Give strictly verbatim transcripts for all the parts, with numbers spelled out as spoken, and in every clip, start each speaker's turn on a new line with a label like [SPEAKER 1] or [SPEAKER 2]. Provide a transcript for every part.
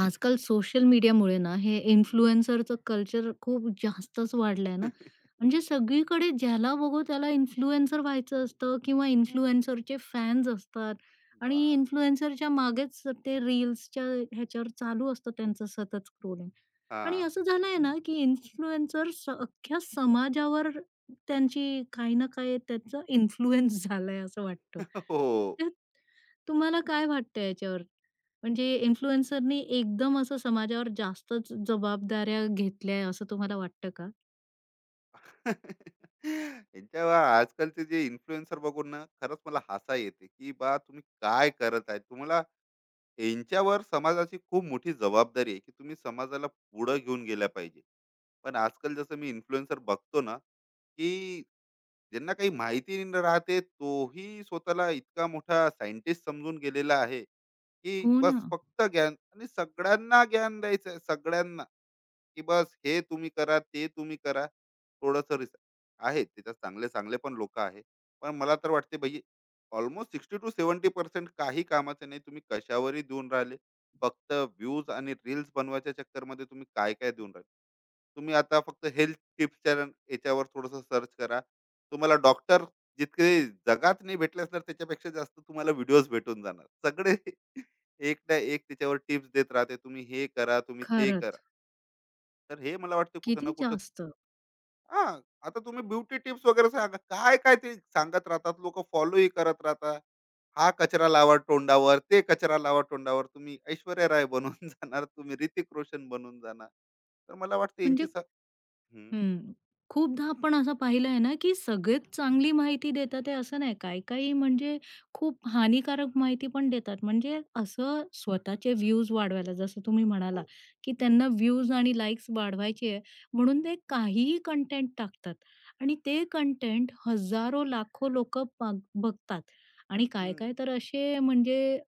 [SPEAKER 1] आजकाल सोशल मीडियामुळे ना हे
[SPEAKER 2] हं.
[SPEAKER 1] इन्फ्लुएन्सरचं कल्चर खूप जास्तच वाढलंय ना. म्हणजे सगळीकडे ज्याला बघू त्याला इन्फ्लुएन्सर व्हायचं असतं किंवा इन्फ्लुएन्सरचे फॅन्स असतात आणि
[SPEAKER 2] बाप!
[SPEAKER 1] इन्फ्लुएन्सरच्या मागेच ते रील्सच्या ह्याच्यावर चालू असतं त्यांचं सतत स्क्रोलिंग. आणि
[SPEAKER 2] हां.
[SPEAKER 1] असं झालंय ना, की इन्फ्लुएन्सर्स अख्ख्या समाजावर त्यांची काही ना काही त्याचा इन्फ्लुअन्स झालाय असं वाटतं.
[SPEAKER 2] हो.
[SPEAKER 1] तर तुम्हाला काय वाटतं याच्यावर? म्हणजे इन्फ्लुएन्सरनी एकदम असं समाजावर जास्तच जबाबदाऱ्या घेतल्या आहे असं तुम्हाला वाटतं का?
[SPEAKER 2] यांच्या आजकालचे जे इन्फ्लुएन्सर बघून ना खरंच मला हसा येते, की बा तुम्ही काय करत आहे? तुम्हाला यांच्यावर समाजाची खूप मोठी जबाबदारी आहे, की तुम्ही समाजाला पुढे घेऊन गेल्या पाहिजे. पण आजकाल जसं मी इन्फ्लुएन्सर बघतो ना, की ज्यांना काही माहिती न राहते, तोही स्वतःला इतका मोठा सायंटिस्ट समजून गेलेला आहे, की
[SPEAKER 1] हो
[SPEAKER 2] बस
[SPEAKER 1] ना.
[SPEAKER 2] फक्त ज्ञान आणि सगळ्यांना ज्ञान द्यायचं आहे, सगळ्यांना. की बस हे तुम्ही करा, ते तुम्ही करा. थोडंसं रिसर्च आहे त्याच्यात चांगले-चांगले पण लोकं आहे. पण मला तर वाटते भई ऑलमोस्ट साठ-सत्तर टक्के काही कामाचं नाही. तुम्ही कशावरही देऊन राहिले. फक्त व्ह्यूज आणि रील्स बनवायच्या चक्करमध्ये तुम्ही काय-काय देऊन राहिले. तुम्ही आता फक्त हेल्थ टिप्सच्या याच्यावर थोडंसं सर्च करा. तुम्हाला डॉक्टर जितके जगात नाही भेटले असणार त्याच्यापेक्षा जास्त तुम्हाला व्हिडिओज भेटून जाणार. सगळे एक ना एक त्याच्यावर टिप्स देत राहते. तुम्ही हे करा, तुम्ही ते करा.
[SPEAKER 1] खरंच.
[SPEAKER 2] तर हे मला वाटतं कुठं
[SPEAKER 1] किती
[SPEAKER 2] ना कुठं
[SPEAKER 1] जास्त?
[SPEAKER 2] हां, आता तुम्ही ब्युटी टिप्स वगैरे सांगा. काय-काय ते सांगत राहतात. लोकं फॉलोही करत राहतात. हा कचरा लावा तोंडावर, ते कचरा लावा तोंडावर. तुम्ही ऐश्वर्या राय बनून जाणार, तुम्ही ऋतिक रोशन बनून जाणार. तर मला वाटतं
[SPEAKER 1] म्हणजे
[SPEAKER 2] यांची स हं,
[SPEAKER 1] हं. खूपदा आपण असं पाहिलं आहे ना, की सगळेच चांगली माहिती देतात आहे असं नाही. काही-काही म्हणजे खूप हानिकारक माहिती पण देतात. म्हणजे असं स्वतःचे व्ह्यूज वाढवायला जसं तुम्ही म्हणाला,
[SPEAKER 2] हो.
[SPEAKER 1] की त्यांना व्ह्यूज आणि लाइक्स वाढवायचे आहे म्हणून
[SPEAKER 2] हं,
[SPEAKER 1] ते काहीही कंटेंट टाकतात आणि ते कंटेंट हजारो, लाखो लोकं बघतात आणि
[SPEAKER 2] हं.
[SPEAKER 1] काय-काय तर असे म्हणजे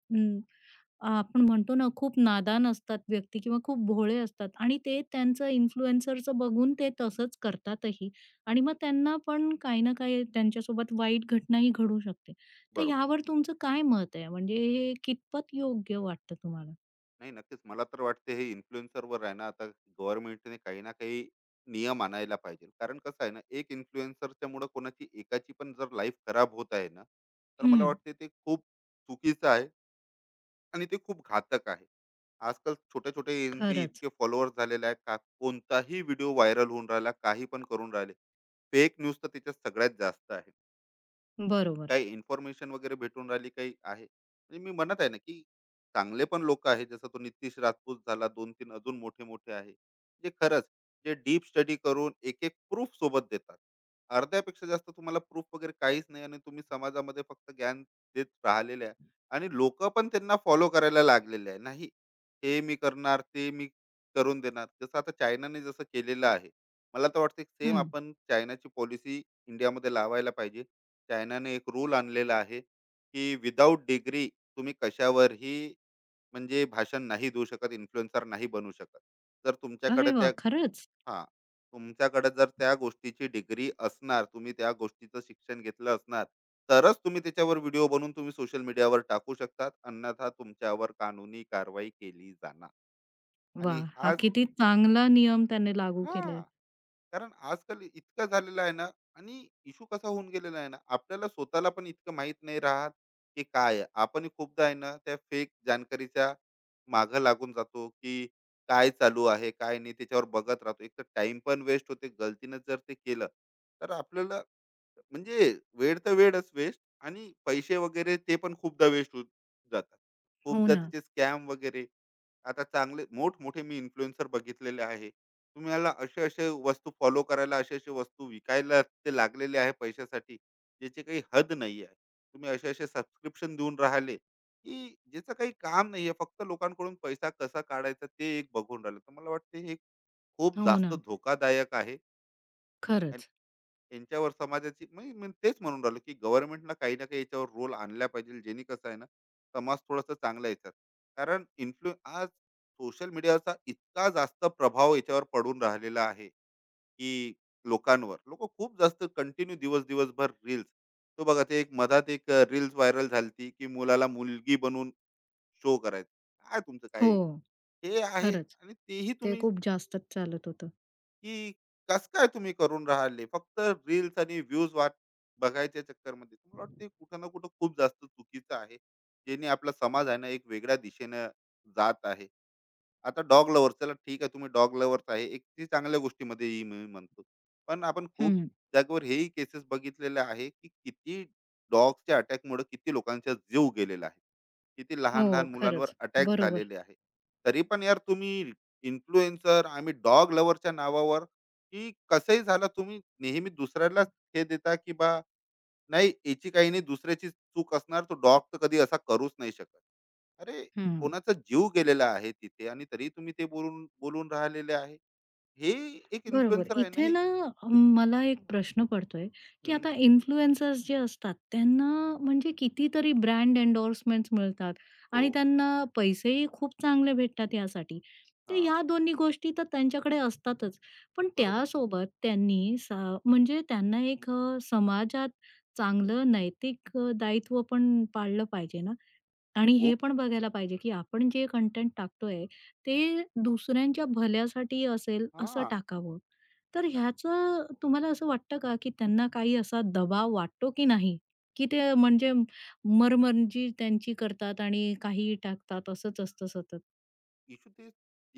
[SPEAKER 1] अ, आपण म्हणतो ना खूप नादान असतात व्यक्ती किंवा खूप भोळे असतात आणि ते त्यांचं इन्फ्लुएन्सरचं बघून ते तसंच करतातही आणि मग त्यांना पण काही ना काही त्यांच्यासोबत वाईट घटनाही घडू शकते. तर
[SPEAKER 2] बरोबर.
[SPEAKER 1] ह्यावर तुमचं काय मत आहे? म्हणजे हे कितपत योग्य वाटतं तुम्हाला?
[SPEAKER 2] नाही, नक्कीच मला तर वाटते हे इन्फ्लुएन्सरवर आहे ना आता गव्हर्नमेंटने काही ना काही नियम आणायला पाहिजे. कारण कसं आहे ना, एक इन्फ्लुएन्सरच्या मुळे कोणाची एकाची पण जर लाईफ खराब होत आहे ना, तर मला
[SPEAKER 1] हं,
[SPEAKER 2] वाटते ते खूप चुकीचं आहे आणि ते खूप घातक आहे. आजकाल छोटे छोटे यांचे
[SPEAKER 1] खरंच.
[SPEAKER 2] इतके फॉलोअर्स झालेले आहेत, का कोणताही व्हिडिओ व्हायरल होऊन राहिला काही पण करून राहिले. फेक न्यूज तर त्याच्यात सगळ्यात जास्त आहे.
[SPEAKER 1] बरोबर.
[SPEAKER 2] काही इन्फॉर्मेशन वगैरे भेटून राहिली, काही आहे. म्हणजे मी म्हणत आहे ना, की चांगले पण लोक आहे. जसं तो नितीश राजपूत झाला, दोन तीन अजून मोठे मोठे आहे, जे खरंच जे डीप स्टडी करून एक एक प्रूफ सोबत देतात. अर्ध्यापेक्षा जास्त तुम्हाला प्रूफ वगैरे काहीच नाही आणि तुम्ही समाजामध्ये फक्त ज्ञान देत राहिलेले आहे आणि लोक पण त्यांना फॉलो करायला लागलेले आहे. नाही, हे मी करणार, ते मी करून देणार. जसं आता चायनाने जसं केलेलं आहे, मला तर वाटतं सेम
[SPEAKER 1] हं.
[SPEAKER 2] आपण चायनाची पॉलिसी इंडियामध्ये लावायला पाहिजे. चायनाने एक रूल आणलेला आहे, की विदाऊट डिग्री तुम्ही कशावरही, म्हणजे भाषण नाही देऊ शकत, इन्फ्लुएन्सर नाही बनू शकत. जर
[SPEAKER 1] अरे
[SPEAKER 2] तुमच्याकडे
[SPEAKER 1] वाह!
[SPEAKER 2] त्या
[SPEAKER 1] खरंच?
[SPEAKER 2] हां, तुमच्याकडे जर त्या गोष्टीची डिग्री असणार, तुम्ही त्या गोष्टीचं शिक्षण घेतलं असणार, तरच तुम्ही त्याच्यावर व्हिडिओ बनवून तुम्ही सोशल मीडियावर टाकू शकतात, अन्यथा तुमच्यावर कानुनी कारवाई केली जाणार. आणि
[SPEAKER 1] वाह! हा
[SPEAKER 2] हा,
[SPEAKER 1] किती चांगला नियम त्याने लागू
[SPEAKER 2] हा,
[SPEAKER 1] केलाय.
[SPEAKER 2] कारण आजकाल इतकं झालेलं आहे ना आणि इशू कसा होऊन गेलेला आहे ना, आपल्याला स्वतःला पण इतकं माहित नाही राहत की काय आहे. आपण खूपदा आहे ना, त्या फेक जानकारीच्या मागं लागून जातो, की काय चालू आहे, काय नाही, त्याच्यावर बघत राहतो. एक तर टाइम पण वेस्ट होते. गलतीनं जर ते केलं, तर आपल्याला, म्हणजे वेळ तर वेळच वेस्ट आणि पैसे वगैरे ते पण खूपदा वेस्ट होत जातात.
[SPEAKER 1] हो
[SPEAKER 2] खूपदा
[SPEAKER 1] ना,
[SPEAKER 2] तिचे स्कॅम वगैरे. आता चांगले मोठमोठे मी इन्फ्लुएन्सर बघितलेले आहे. तुम्हाला असे-असे वस्तू फॉलो करायला, असे-असे वस्तू विकायला ते लागलेले आहे पैशासाठी, ज्याची काही हद नाही आहे. तुम्ही असे-असे सबस्क्रिप्शन देऊन राहिले, की ज्याचं काही काम नाही आहे. फक्त लोकांकडून पैसा कसा काढायचा ते एक बघून राहिलं. तर मला वाटते हे खूप
[SPEAKER 1] हो
[SPEAKER 2] जास्त
[SPEAKER 1] ना.
[SPEAKER 2] धोकादायक आहे.
[SPEAKER 1] खरंच.
[SPEAKER 2] यांच्यावर समाजाची, म्हणजे मी तेच म्हणून राहिलो, की गव्हर्नमेंटला काही ना काही याच्यावर रोल आणला पाहिजे, जेणे कसं आहे ना समाज थोडासा चांगला याच्यात. कारण इन्फ्लु आज सोशल मीडियाचा इतका जास्त प्रभाव याच्यावर पडून राहिलेला आहे, की लोकांवर लोक खूप जास्त कंटिन्यू दिवस दिवसभर रील्स, तो बघा ते एक मधात एक रील्स व्हायरल झालती, की मुलाला मुलगी बनवून शो करायचं, काय तुमचं काय.
[SPEAKER 1] हो,
[SPEAKER 2] हे आहे
[SPEAKER 1] खरंच.
[SPEAKER 2] आणि तेही
[SPEAKER 1] ते
[SPEAKER 2] तुम्ही,
[SPEAKER 1] खूप जास्तच चालत होतं.
[SPEAKER 2] की कसं काय तुम्ही करून राहिले? फक्त रील्स आणि व्ह्यूज वाट बघायच्या चक्करमध्ये. मला वाटतं कुठं ना कुठं खूप जास्त चुकीचं आहे. ज्याने आपला समाज आहे ना, एक वेगळ्या दिशेनं जात आहे. आता डॉग लव्हर, चला ठीक आहे, तुम्ही डॉग लव्हर्स आहे, एक ती चांगल्या गोष्टीमध्ये ही मी म्हणतो. पण आपण खूप
[SPEAKER 1] हं.
[SPEAKER 2] जागेवर हेही केसेस बघितलेले आहे, की किती डॉगच्या अटॅकमुळे किती लोकांचा जीव गेलेला आहे, किती
[SPEAKER 1] हो,
[SPEAKER 2] लहान लहान मुलांवर
[SPEAKER 1] खरंच.
[SPEAKER 2] अटॅक
[SPEAKER 1] बरोबर.
[SPEAKER 2] झालेले आहे. तरी पण यार तुम्ही इन्फ्लुएन्सर, आम्ही डॉग लव्हरच्या नावावर, की कसंही झालं तुम्ही नेहमी दुसऱ्याला हे देता, की बा नाही याची काही नाही, दुसऱ्याची चूक असणार, तो डॉग तर कधी असा करूच नाही शकत. अरे
[SPEAKER 1] हं.
[SPEAKER 2] कोणाचा जीव गेलेला आहे तिथे आणि तरी तुम्ही ते बोलून बोलून राहिलेले आहे. हे एक
[SPEAKER 1] बरोबर.
[SPEAKER 2] इन्फ्लुएन्सर आहे ना
[SPEAKER 1] इथे
[SPEAKER 2] ही.
[SPEAKER 1] ना अम, मला एक प्रश्न पडतोय, की
[SPEAKER 2] हम्म,
[SPEAKER 1] आता इन्फ्लुएन्सर्स जे असतात त्यांना म्हणजे कितीतरी ब्रँड एंडोर्समेंट्स मिळतात
[SPEAKER 2] हो,
[SPEAKER 1] आणि त्यांना पैसेही खूप चांगले भेटतात यासाठी. तर
[SPEAKER 2] हा,
[SPEAKER 1] ह्या दोन्ही गोष्टी तर त्यांच्याकडे असतातच. पण
[SPEAKER 2] बरोबर,
[SPEAKER 1] त्यासोबत त्यांनी स म्हणजे त्यांना एक अ, समाजात चांगलं नैतिक अ, दायित्व पण पाळलं पाहिजे ना. आणि हे
[SPEAKER 2] खूप,
[SPEAKER 1] पण बघायला पाहिजे, की आपण जे कंटेंट टाकतोय, ते दुसऱ्यांच्या भल्यासाठी असेल असं
[SPEAKER 2] हा.
[SPEAKER 1] टाकावं. तर ह्याचं तुम्हाला असं वाटतं का, की त्यांना काही असा दबाव वाटतो की नाही? की ते म्हणजे मरमर्जी त्यांची करतात आणि काही टाकतात असंच असतं सतत?
[SPEAKER 2] इश्यू ते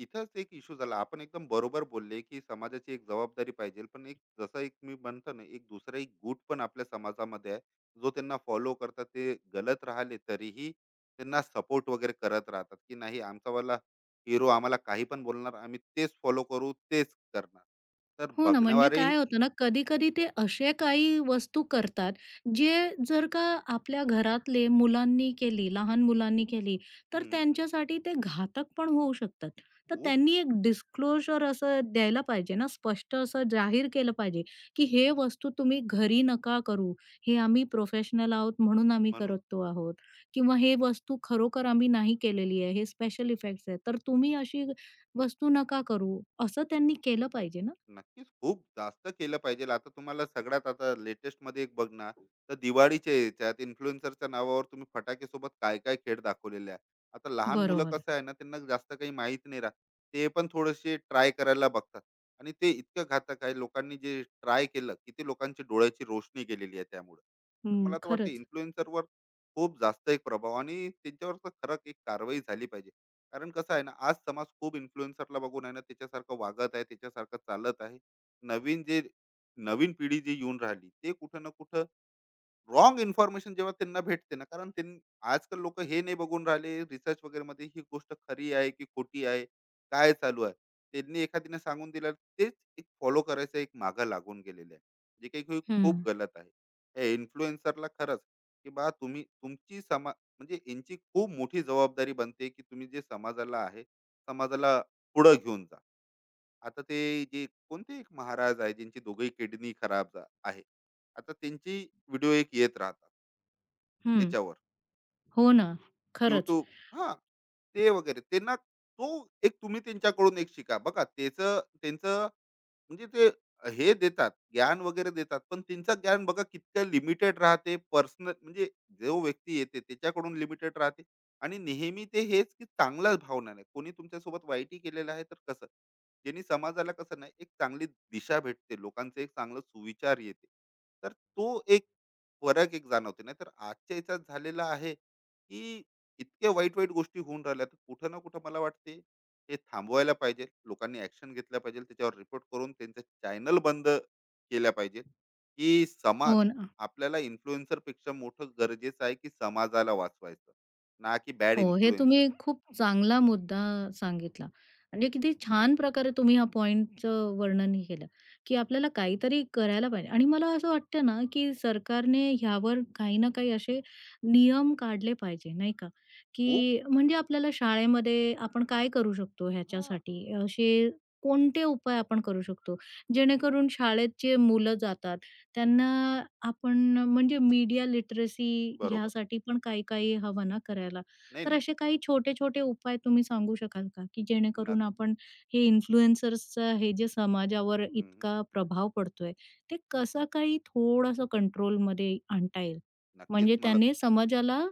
[SPEAKER 2] इथंच एक इश्यू झाला. आपण एकदम बरोबर बोलले, की समाजाची एक जबाबदारी पाहिजे. पण एक जसं एक मी म्हणतो ना, एक दुसरा एक गुट पण आपल्या समाजामध्ये आहे, जो त्यांना फॉलो करतात. ते गलत राहिले तरीही त्यांना सपोर्ट वगैरे करत राहतात, की नाही, आमचावाला हिरो आम्हाला काही पण बोलणार, आम्ही तेच फॉलो करू, तेच करणार. तर
[SPEAKER 1] हो ना, म्हणजे
[SPEAKER 2] बघणारे.
[SPEAKER 1] काय होतं ना, कधी-कधी ते असे काही वस्तू करतात, जे जर का आपल्या घरातले मुलांनी केली, लहान मुलांनी केली, तर त्यांच्यासाठी ते घातक पण होऊ शकतात. तर
[SPEAKER 2] खूप,
[SPEAKER 1] त्यांनी एक डिस्क्लोजर असं द्यायला पाहिजे ना, स्पष्ट असं जाहीर केलं पाहिजे, की "हे वस्तू तुम्ही घरी नका करू. हे आम्ही प्रोफेशनल आहोत म्हणून आम्ही
[SPEAKER 2] म्हणू,
[SPEAKER 1] करतो आहोत." किंवा "हे वस्तू खरोखर आम्ही नाही केलेली आहे. हे स्पेशल इफेक्ट्स आहेत. तर तुम्ही अशी वस्तू नका करू." असं त्यांनी केलं पाहिजे ना.
[SPEAKER 2] नक्कीच खूप जास्त केलं पाहिजे. आता तुम्हाला सगळ्यात आता लेटेस्ट मध्ये एक बघणार, तर दिवाळीच्या याच्यात इन्फ्लुएन्सरच्या नावावर तुम्ही फटाके सोबत काय काय खेळ दाखवलेले आहे. आता लहान मुलं
[SPEAKER 1] बरोबर.
[SPEAKER 2] कसं आहे ना, त्यांना जास्त काही माहित नाही राहत, ते पण थोडेसे ट्राय करायला बघतात आणि ते इतकं घातक आहे. लोकांनी जे ट्राय केलं, किती लोकांची डोळ्याची रोशनी गेलेली आहे त्यामुळे. तर
[SPEAKER 1] हं,
[SPEAKER 2] मला तर वाटतं
[SPEAKER 1] खरंच.
[SPEAKER 2] इन्फ्लुएन्सरवर खूप जास्त एक प्रभाव आणि त्यांच्यावर तर खरं एक कारवाई झाली पाहिजे. कारण कसं आहे ना, आज समाज खूप इन्फ्लुएन्सरला बघून आहे ना, त्याच्यासारखं वागत आहे, त्याच्यासारखं चालत आहे. नवीन जे नवीन पिढी जी येऊन राहिली, ते कुठं ना कुठं रॉंग इन्फॉर्मेशन जेव्हा त्यांना भेटते ना, कारण त्यां, आजकाल लोक हे नाही बघून राहिले रिसर्च वगैरे मध्ये, ही गोष्ट खरी आहे की खोटी आहे, काय चालू आहे. त्यांनी एखादीने सांगून दिलं, तेच एक फॉलो करायचं, एक मागं लागून गेलेले आहे. जे काही खूप
[SPEAKER 1] हं,
[SPEAKER 2] खूप गलत आहे या इन्फ्लुएन्सरला, खरंच, की बा तुम्ही तुमची समा, म्हणजे यांची खूप मोठी जबाबदारी बनते, की तुम्ही जे समाजाला आहे समाजाला पुढं घेऊन जा. आता ते जे कोणते एक महाराज आहे, ज्यांची दोघही किडनी खराब झा- आहे, आता त्यांची व्हिडिओ एक येत राहतात
[SPEAKER 1] हं.
[SPEAKER 2] याच्यावर
[SPEAKER 1] हो ना. खरंच.
[SPEAKER 2] YouTube, हा, ते वगैरे त्यांना तो, एक तुम्ही त्यांच्याकडून एक शिका. बघा त्याचं त्यांचं, म्हणजे ते हे देतात, ज्ञान वगैरे देतात, पण त्यांचं ज्ञान बघा कितकं लिमिटेड राहते. पर्सनल म्हणजे जो व्यक्ती येते त्याच्याकडून लिमिटेड राहते आणि नेहमी ते हेच, की चांगल्याच भावना नाही. कोणी तुमच्यासोबत वाईटही केलेलं आहे तर कसं? ज्यांनी समाजाला कसं नाही एक चांगली दिशा भेटते, लोकांचे एक चांगलं सुविचार येते. तर तो एक फरक एक जाणवते, नाही तर आजच्या याच्यात झालेला आहे, की इतक्या वाईट वाईट गोष्टी होऊन राहिल्या, तर कुठं ना कुठं मला वाटते हे थांबवायला पाहिजे. लोकांनी ऍक्शन घेतल्या पाहिजे, त्याच्यावर रिपोर्ट करून त्यांचं चॅनल बंद केल्या पाहिजे, की समाज
[SPEAKER 1] हो ना.
[SPEAKER 2] आपल्याला इन्फ्लुएन्सर पेक्षा मोठं गरजेचं आहे, की समाजाला वाचवायचं ना की बॅड
[SPEAKER 1] हो, हे
[SPEAKER 2] इन्फ्लुएन्सर.
[SPEAKER 1] तुम्ही खूप चांगला मुद्दा सांगितला. म्हणजे किती छान प्रकारे तुम्ही ह्या पॉइंटचं वर्णनही केलं, की आपल्याला काहीतरी करायला पाहिजे आणि मला असं वाटतं ना, की सरकारने ह्यावर काही ना काही असे नियम काढले पाहिजे, नाही का?
[SPEAKER 2] खूप,
[SPEAKER 1] की म्हणजे आपल्याला शाळेमध्ये आपण काय करू शकतो
[SPEAKER 2] हा,
[SPEAKER 1] ह्याच्यासाठी? असे कोणते उपाय आपण करू शकतो? जेणेकरून शाळेत जे मुलं जातात, त्यांना आपण म्हणजे मीडिया लिटरसी
[SPEAKER 2] बरोबर,
[SPEAKER 1] ह्यासाठी पण काही काही हवं ना करायला.
[SPEAKER 2] नाही
[SPEAKER 1] तर
[SPEAKER 2] नाही
[SPEAKER 1] असे काही छोटे-छोटे उपाय तुम्ही सांगू शकाल का, की जेणेकरून
[SPEAKER 2] नक-,
[SPEAKER 1] आपण हे इन्फ्लुएन्सर्सचं हे जे समाजावर
[SPEAKER 2] हम्म,
[SPEAKER 1] इतका प्रभाव पडतोय, ते कसा काही थोड़ासा कंट्रोलमध्ये आणता येईल?
[SPEAKER 2] नक्कीच
[SPEAKER 1] म्हणजे
[SPEAKER 2] मला
[SPEAKER 1] त्याने समाजाला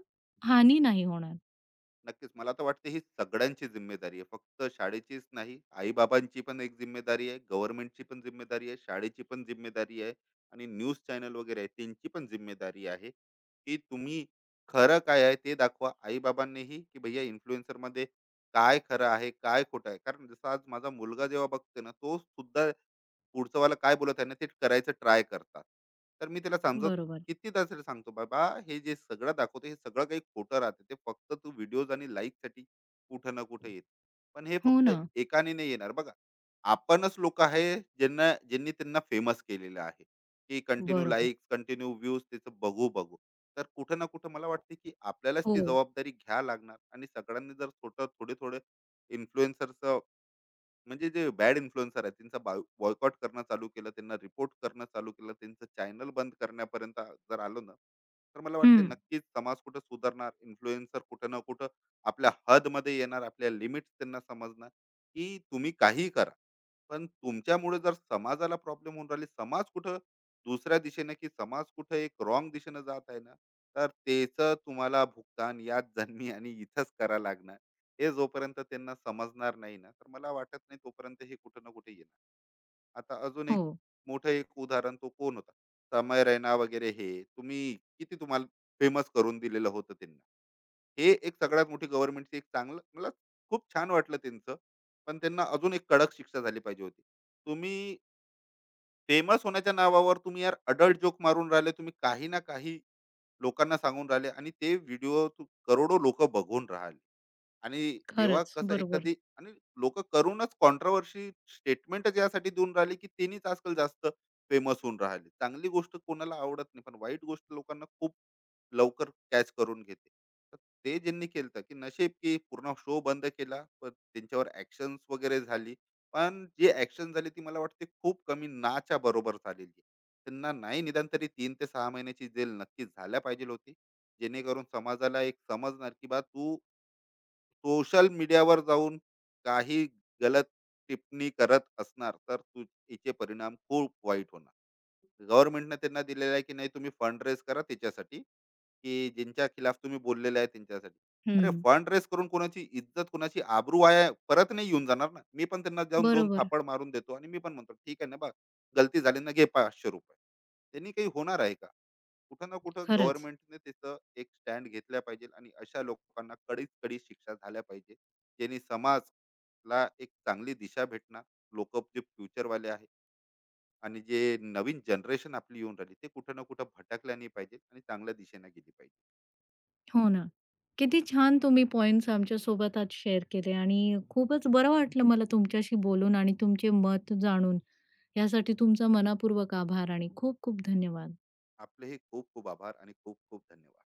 [SPEAKER 2] हम्म.
[SPEAKER 1] हानी नाही होणार.
[SPEAKER 2] नक्कीच मला तर वाटते ही सगळ्यांची जिम्मेदारी आहे, फक्त शाळेचीच नाही, आईबाबांची पण एक जिम्मेदारी आहे, गव्हर्नमेंटची पण जिम्मेदारी आहे, शाळेची पण जिम्मेदारी आहे आणि न्यूज चॅनल वगैरे आहे, त्यांची पण जिम्मेदारी आहे, की तुम्ही खरं काय आहे ते दाखवा. आईबाबांनीही, की भैया इन्फ्लुएन्सरमध्ये काय खरं आहे, काय खोटं आहे, कारण जसं आज माझा मुलगा जेव्हा बघते ना, तो सुद्धा पुढचं वाला काय बोलत आहे ना, ते करायचं ट्राय करतात. तर मी त्याला समजत
[SPEAKER 1] बरोबर.
[SPEAKER 2] कितीदा तरी सांगतो, बाबा हे जे सगळं दाखवतो हे सगळं काही खोटं राहते, ते फक्त तू व्हिडिओज आणि लाईक साठी कुठं ना कुठं येत. पण हे
[SPEAKER 1] हो
[SPEAKER 2] फक्त
[SPEAKER 1] ना.
[SPEAKER 2] एकाने नाही येणार. बघा, आपणच लोक आहे, ज्यांना ज्यांनी त्यांना फेमस केलेलं आहे, की कंटिन्यू
[SPEAKER 1] बरोबर.
[SPEAKER 2] लाईक्स कंटिन्यू व्ह्यूज त्याचं बघू बघू. तर कुठं ना कुठं मला वाटते, की आपल्यालाच
[SPEAKER 1] हो.
[SPEAKER 2] ती जबाबदारी घ्या लागणार आणि सगळ्यांनी जर छोटं थोडे थोडे इन्फ्लुएन्सरचं, म्हणजे जे बॅड इन्फ्लुएन्सर आहेत त्यांचा बॉयकॉट करणं चालू केलं, त्यांना रिपोर्ट करणं चालू केलं, त्यांचं चॅनल बंद करण्यापर्यंत आ-, जर आलो ना, तर मला वाटते
[SPEAKER 1] हं.
[SPEAKER 2] नक्कीच समाज कुठं सुधारणार, इन्फ्लुएन्सर कुठं ना कुठं आपल्या हदमध्ये येणार, आपल्या लिमिट्स त्यांना समजणार, की तुम्ही काहीही करा. पण तुमच्यामुळे जर समाजाला प्रॉब्लेम होऊन राहिले, समाज कुठं दुसऱ्या दिशेने, की समाज कुठं एक रॉन्ग दिशेनं जात आहे ना, तर त्याचं तुम्हाला भुगतान याच जन्मी आणि इथंच करावं लागणार. हे जोपर्यंत त्यांना समजणार नाही ना, तर मला वाटत नाही तोपर्यंत हे कुठं ना कुठे येणार. आता अजून एक
[SPEAKER 1] हो.
[SPEAKER 2] मोठं एक उदाहरण, तो कोण होता समय रैना वगैरे, हे तुम्ही किती तुम्हाला फेमस करून दिलेलं होतं त्यांना. हे एक सगळ्यात मोठी गव्हर्नमेंटची एक चांगलं मला खूप छान वाटलं त्यांचं, पण त्यांना अजून एक कडक शिक्षा झाली पाहिजे होती. तुम्ही फेमस होण्याच्या नावावर तुम्ही यार अडल्ट जोक मारून राहिले, तुम्ही काही ना काही लोकांना सांगून राहिले आणि ते व्हिडिओ करोडो लोक बघून राहिले. आणि जेव्हा
[SPEAKER 1] खरंच.
[SPEAKER 2] कसं
[SPEAKER 1] बरोबर.
[SPEAKER 2] एखादी आणि लोक करूनच कॉन्ट्रावर्सी स्टेटमेंट यासाठी देऊन राहिले, की त्यांनीच आजकाल जास्त फेमस होऊन राहिले. चांगली गोष्ट कोणाला आवडत नाही, पण वाईट गोष्ट लोकांना खूप लवकर कॅच करून घेते. तर ते ज्यांनी केलं, की नशेब की पूर्ण शो बंद केला, पण त्यांच्यावर ऍक्शन वगैरे झाली. पण जी ऍक्शन झाली, ती मला वाटते खूप कमी नाच्या बरोबर झालेली आहे. त्यांना नाही निदान तरी तीन ते सहा महिन्याची जेल नक्की झाल्या पाहिजे होती, जेणेकरून समाजाला एक समजणार, की बा तू सोशल मीडियावर जाऊन काही गलत टिप्पणी करत असणार, तर तू याचे परिणाम खूप वाईट होणार. गव्हर्नमेंटने त्यांना दिलेलं आहे, की नाही तुम्ही फंड रेज करा त्याच्यासाठी, की ज्यांच्या खिलाफ तुम्ही बोललेले आहे त्यांच्यासाठी. अरे
[SPEAKER 1] हं.
[SPEAKER 2] फंड रेज करून कोणाची इज्जत, कोणाची आबरू वाया परत नाही येऊन जाणार ना. मी पण त्यांना जाऊन दोन
[SPEAKER 1] बरोबर.
[SPEAKER 2] थापड मारून देतो आणि मी पण म्हणतो ठीक आहे ना, बा गलती झाली ना, घे पाचशे रुपये. त्यांनी काही होणार आहे का? कुठं ना कुठं
[SPEAKER 1] खरंच.
[SPEAKER 2] गव्हर्नमेंटने त्याचं एक स्टँड घेतला पाहिजे आणि अशा लोकांना कडीत कडी शिक्षा झाल्या पाहिजे, ज्यांनी समाजला एक चांगली दिशा भेटणार. लोक जे फ्युचरवाले आहे आणि जे नवीन जनरेशन आपली येऊन राहिली, ते कुठं ना कुठं भटकल्या नाही पाहिजे आणि चांगल्या दिशेने गेली पाहिजे.
[SPEAKER 1] हो ना. किती छान तुम्ही पॉइंट्स आमच्यासोबत आज शेअर केले आणि खूपच बरं वाटलं मला तुमच्याशी बोलून आणि तुमचे मत जाणून. यासाठी तुमचा मनःपूर्वक आभार आणि खूप खूप धन्यवाद.
[SPEAKER 2] आपले हे खूप खूप आभार आणि खूप खूप धन्यवाद.